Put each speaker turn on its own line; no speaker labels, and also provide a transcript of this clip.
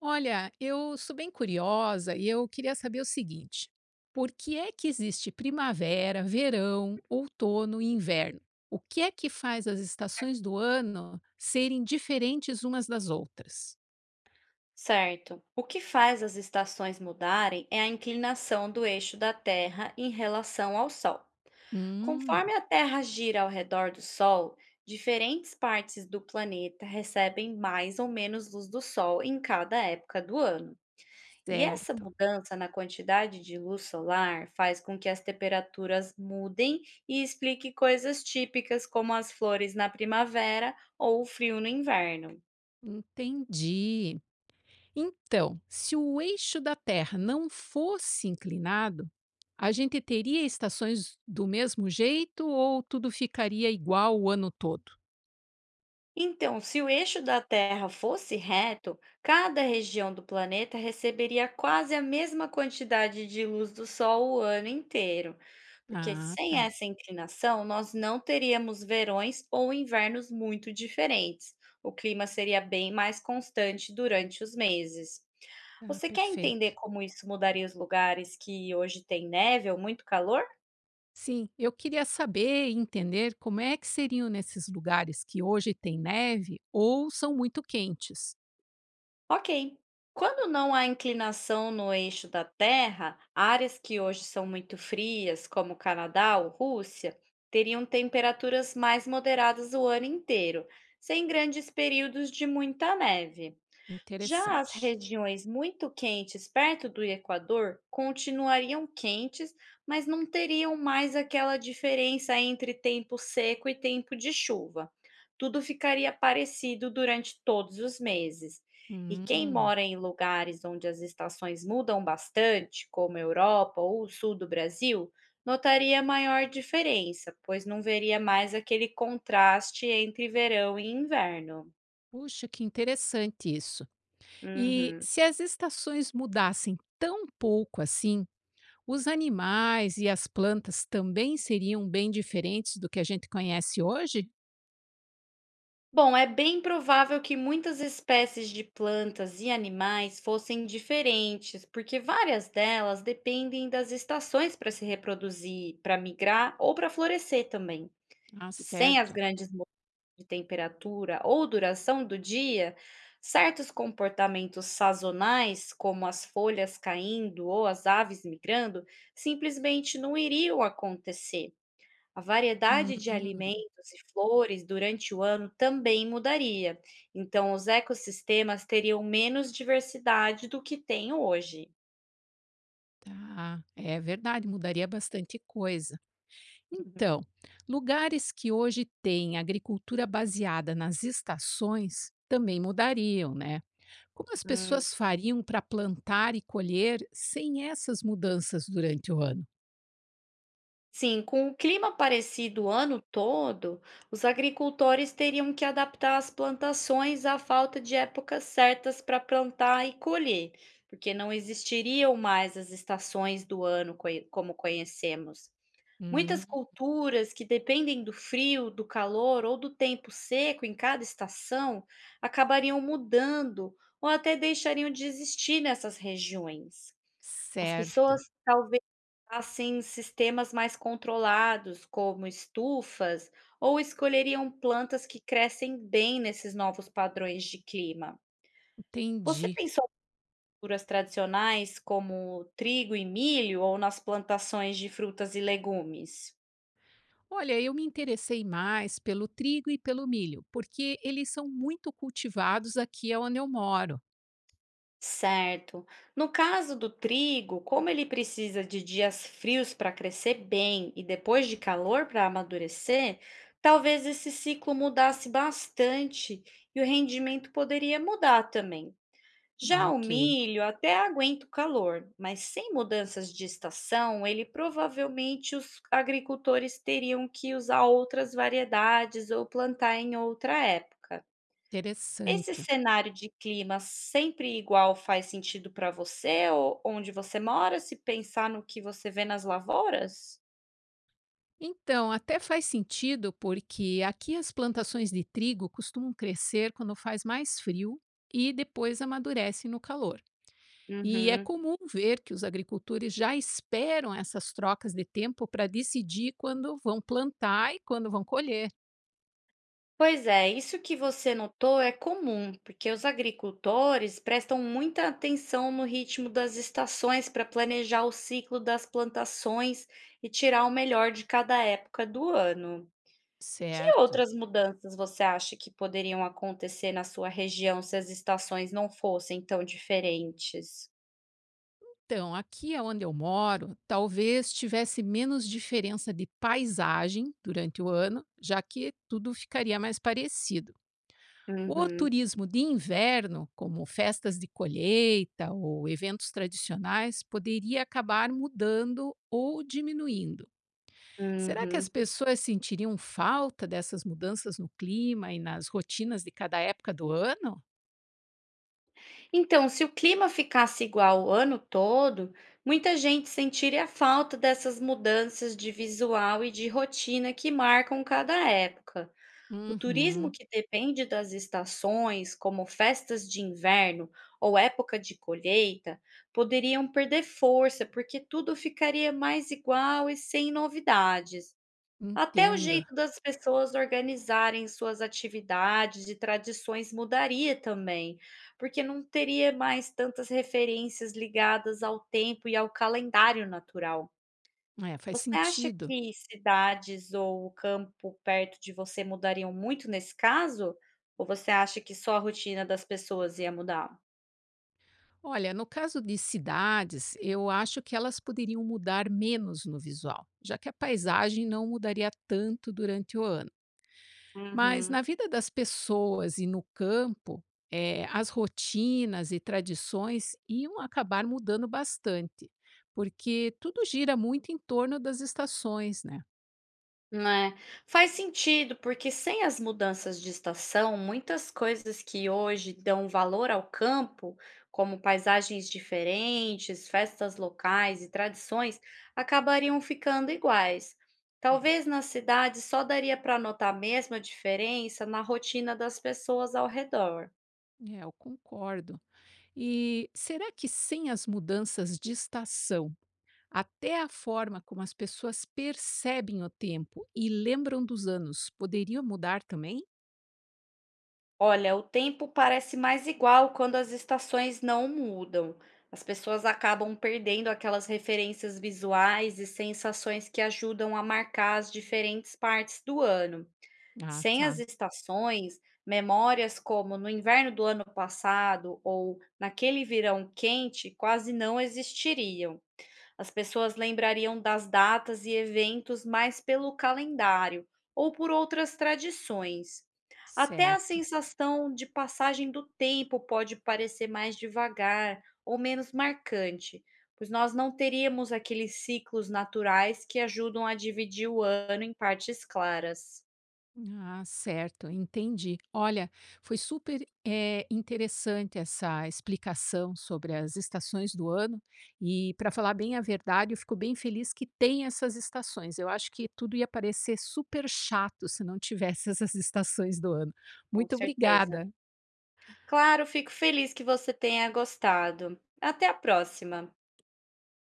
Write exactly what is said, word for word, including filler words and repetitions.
Olha, eu sou bem curiosa e eu queria saber o seguinte: por que é que existe primavera, verão, outono e inverno? O que é que faz as estações do ano serem diferentes umas das outras?
Certo. O que faz as estações mudarem é a inclinação do eixo da Terra em relação ao Sol. Conforme
Hum,
a Terra gira ao redor do Sol, diferentes partes do planeta recebem mais ou menos luz do Sol em cada época do ano. E essa
certo.
mudança na quantidade de luz solar faz com que as temperaturas mudem e explique coisas típicas como as flores na primavera ou o frio no inverno.
Entendi. Então, se o eixo da Terra não fosse inclinado, a gente teria estações do mesmo jeito ou tudo ficaria igual o ano todo?
Então, se o eixo da Terra fosse reto, cada região do planeta receberia quase a mesma quantidade de luz do Sol o ano inteiro. Porque
Ah,
sem
tá.
essa inclinação, nós não teríamos verões ou invernos muito diferentes. O clima seria bem mais constante durante os meses.
Tá,
Você quer entender
perfeito.
como isso mudaria os lugares que hoje têm neve ou muito calor?
Sim, eu queria saber e entender como é que seriam nesses lugares que hoje tem neve ou são muito quentes.
Ok. Quando não há inclinação no eixo da Terra, áreas que hoje são muito frias, como Canadá ou Rússia, teriam temperaturas mais moderadas o ano inteiro, sem grandes períodos de muita neve. Já as
Interessante.
regiões muito quentes perto do Equador continuariam quentes, mas não teriam mais aquela diferença entre tempo seco e tempo de chuva. Tudo ficaria parecido durante todos os meses. E quem
Hum.
mora em lugares onde as estações mudam bastante, como a Europa ou o sul do Brasil, notaria maior diferença, pois não veria mais aquele contraste entre verão e inverno.
Puxa, que interessante isso. E
Uhum.
se as estações mudassem tão pouco assim, os animais e as plantas também seriam bem diferentes do que a gente conhece hoje?
Bom, é bem provável que muitas espécies de plantas e animais fossem diferentes, porque várias delas dependem das estações para se reproduzir, para migrar ou para florescer também.
Ah,
E sem as
certo.
grandes mudanças de temperatura ou duração do dia, certos comportamentos sazonais, como as folhas caindo ou as aves migrando, simplesmente não iriam acontecer. A variedade de
Hum,
alimentos e flores durante o ano também mudaria, então os ecossistemas teriam menos diversidade do que tem hoje.
tá. É verdade, mudaria bastante coisa. Então, lugares que hoje têm agricultura baseada nas estações também mudariam, né? Como as
Hum,
pessoas fariam para plantar e colher sem essas mudanças durante o ano?
Sim, com o clima parecido o ano todo, os agricultores teriam que adaptar as plantações à falta de épocas certas para plantar e colher, porque não existiriam mais as estações do ano coi- como conhecemos. Muitas
Hum,
culturas que dependem do frio, do calor ou do tempo seco em cada estação acabariam mudando ou até deixariam de existir nessas regiões. As pessoas
certo.
talvez passassem em sistemas mais controlados, como estufas, ou escolheriam plantas que crescem bem nesses novos padrões de clima. Você
Entendi.
pensou em culturas tradicionais como trigo e milho ou nas plantações de frutas e legumes?
Olha, eu me interessei mais pelo trigo e pelo milho, porque eles são muito cultivados aqui onde eu moro.
Certo. No caso do trigo, como ele precisa de dias frios para crescer bem e depois de calor para amadurecer, talvez esse ciclo mudasse bastante e o rendimento poderia mudar também.
Ah,
Já o
ok.
milho até aguenta o calor, mas sem mudanças de estação, ele provavelmente os agricultores teriam que usar outras variedades ou plantar em outra época. Esse
Interessante.
cenário de clima sempre igual faz sentido para você o onde você mora, se pensar no que você vê nas lavouras?
Então, até faz sentido, porque aqui as plantações de trigo costumam crescer quando faz mais frio e depois amadurecem no calor. E é
Uhum.
comum ver que os agricultores já esperam essas trocas de tempo para decidir quando vão plantar e quando vão colher.
Pois é, isso que você notou é comum, porque os agricultores prestam muita atenção no ritmo das estações para planejar o ciclo das plantações e tirar o melhor de cada época do ano. Que
Certo.
outras mudanças você acha que poderiam acontecer na sua região se as estações não fossem tão diferentes?
Então, aqui é onde eu moro, talvez tivesse menos diferença de paisagem durante o ano, já que tudo ficaria mais parecido. O
Uhum,
turismo de inverno, como festas de colheita ou eventos tradicionais, poderia acabar mudando ou diminuindo. Será que as
uhum.
pessoas sentiriam falta dessas mudanças no clima e nas rotinas de cada época do ano?
Então, se o clima ficasse igual o ano todo, muita gente sentiria falta dessas mudanças de visual e de rotina que marcam cada época. O turismo
Uhum,
que depende das estações, como festas de inverno ou época de colheita, poderiam perder força porque tudo ficaria mais igual e sem novidades. Até o
entendo.
jeito das pessoas organizarem suas atividades e tradições mudaria também, porque não teria mais tantas referências ligadas ao tempo e ao calendário natural.
É, faz
Você acha
sentido.
que cidades ou o campo perto de você mudariam muito nesse caso? Ou você acha que só a rotina das pessoas ia mudar?
Olha, no caso de cidades, eu acho que elas poderiam mudar menos no visual, já que a paisagem não mudaria tanto durante o ano. Mas
Uhum.
na vida das pessoas e no campo, eh, as rotinas e tradições iam acabar mudando bastante, porque tudo gira muito em torno das estações, né?
Né, faz sentido, porque sem as mudanças de estação, muitas coisas que hoje dão valor ao campo, como paisagens diferentes, festas locais e tradições, acabariam ficando iguais.
É,
Talvez na cidade só daria para notar mesmo a diferença na rotina das pessoas ao redor.
é, eu concordo. E será que sem as mudanças de estação, até a forma como as pessoas percebem o tempo e lembram dos anos poderia mudar também?
Olha, o tempo parece mais igual quando as estações não mudam. As pessoas acabam perdendo aquelas referências visuais e sensações que ajudam a marcar as diferentes partes do ano.
Ah,
Sem as
tá,
estações, memórias como no inverno do ano passado ou naquele verão quente quase não existiriam. As pessoas lembrariam das datas e eventos mais pelo calendário ou por outras tradições. Até a
certo.
sensação de passagem do tempo pode parecer mais devagar ou menos marcante, pois nós não teríamos aqueles ciclos naturais que ajudam a dividir o ano em partes claras.
Ah, certo, entendi. Olha, foi super eh, interessante essa explicação sobre as estações do ano. E, para falar bem a verdade, eu fico bem feliz que tem essas estações. Eu acho que tudo ia parecer super chato se não tivesse essas estações do ano.
Com
Muito
certeza.
obrigada.
Claro, fico feliz que você tenha gostado. Até a próxima!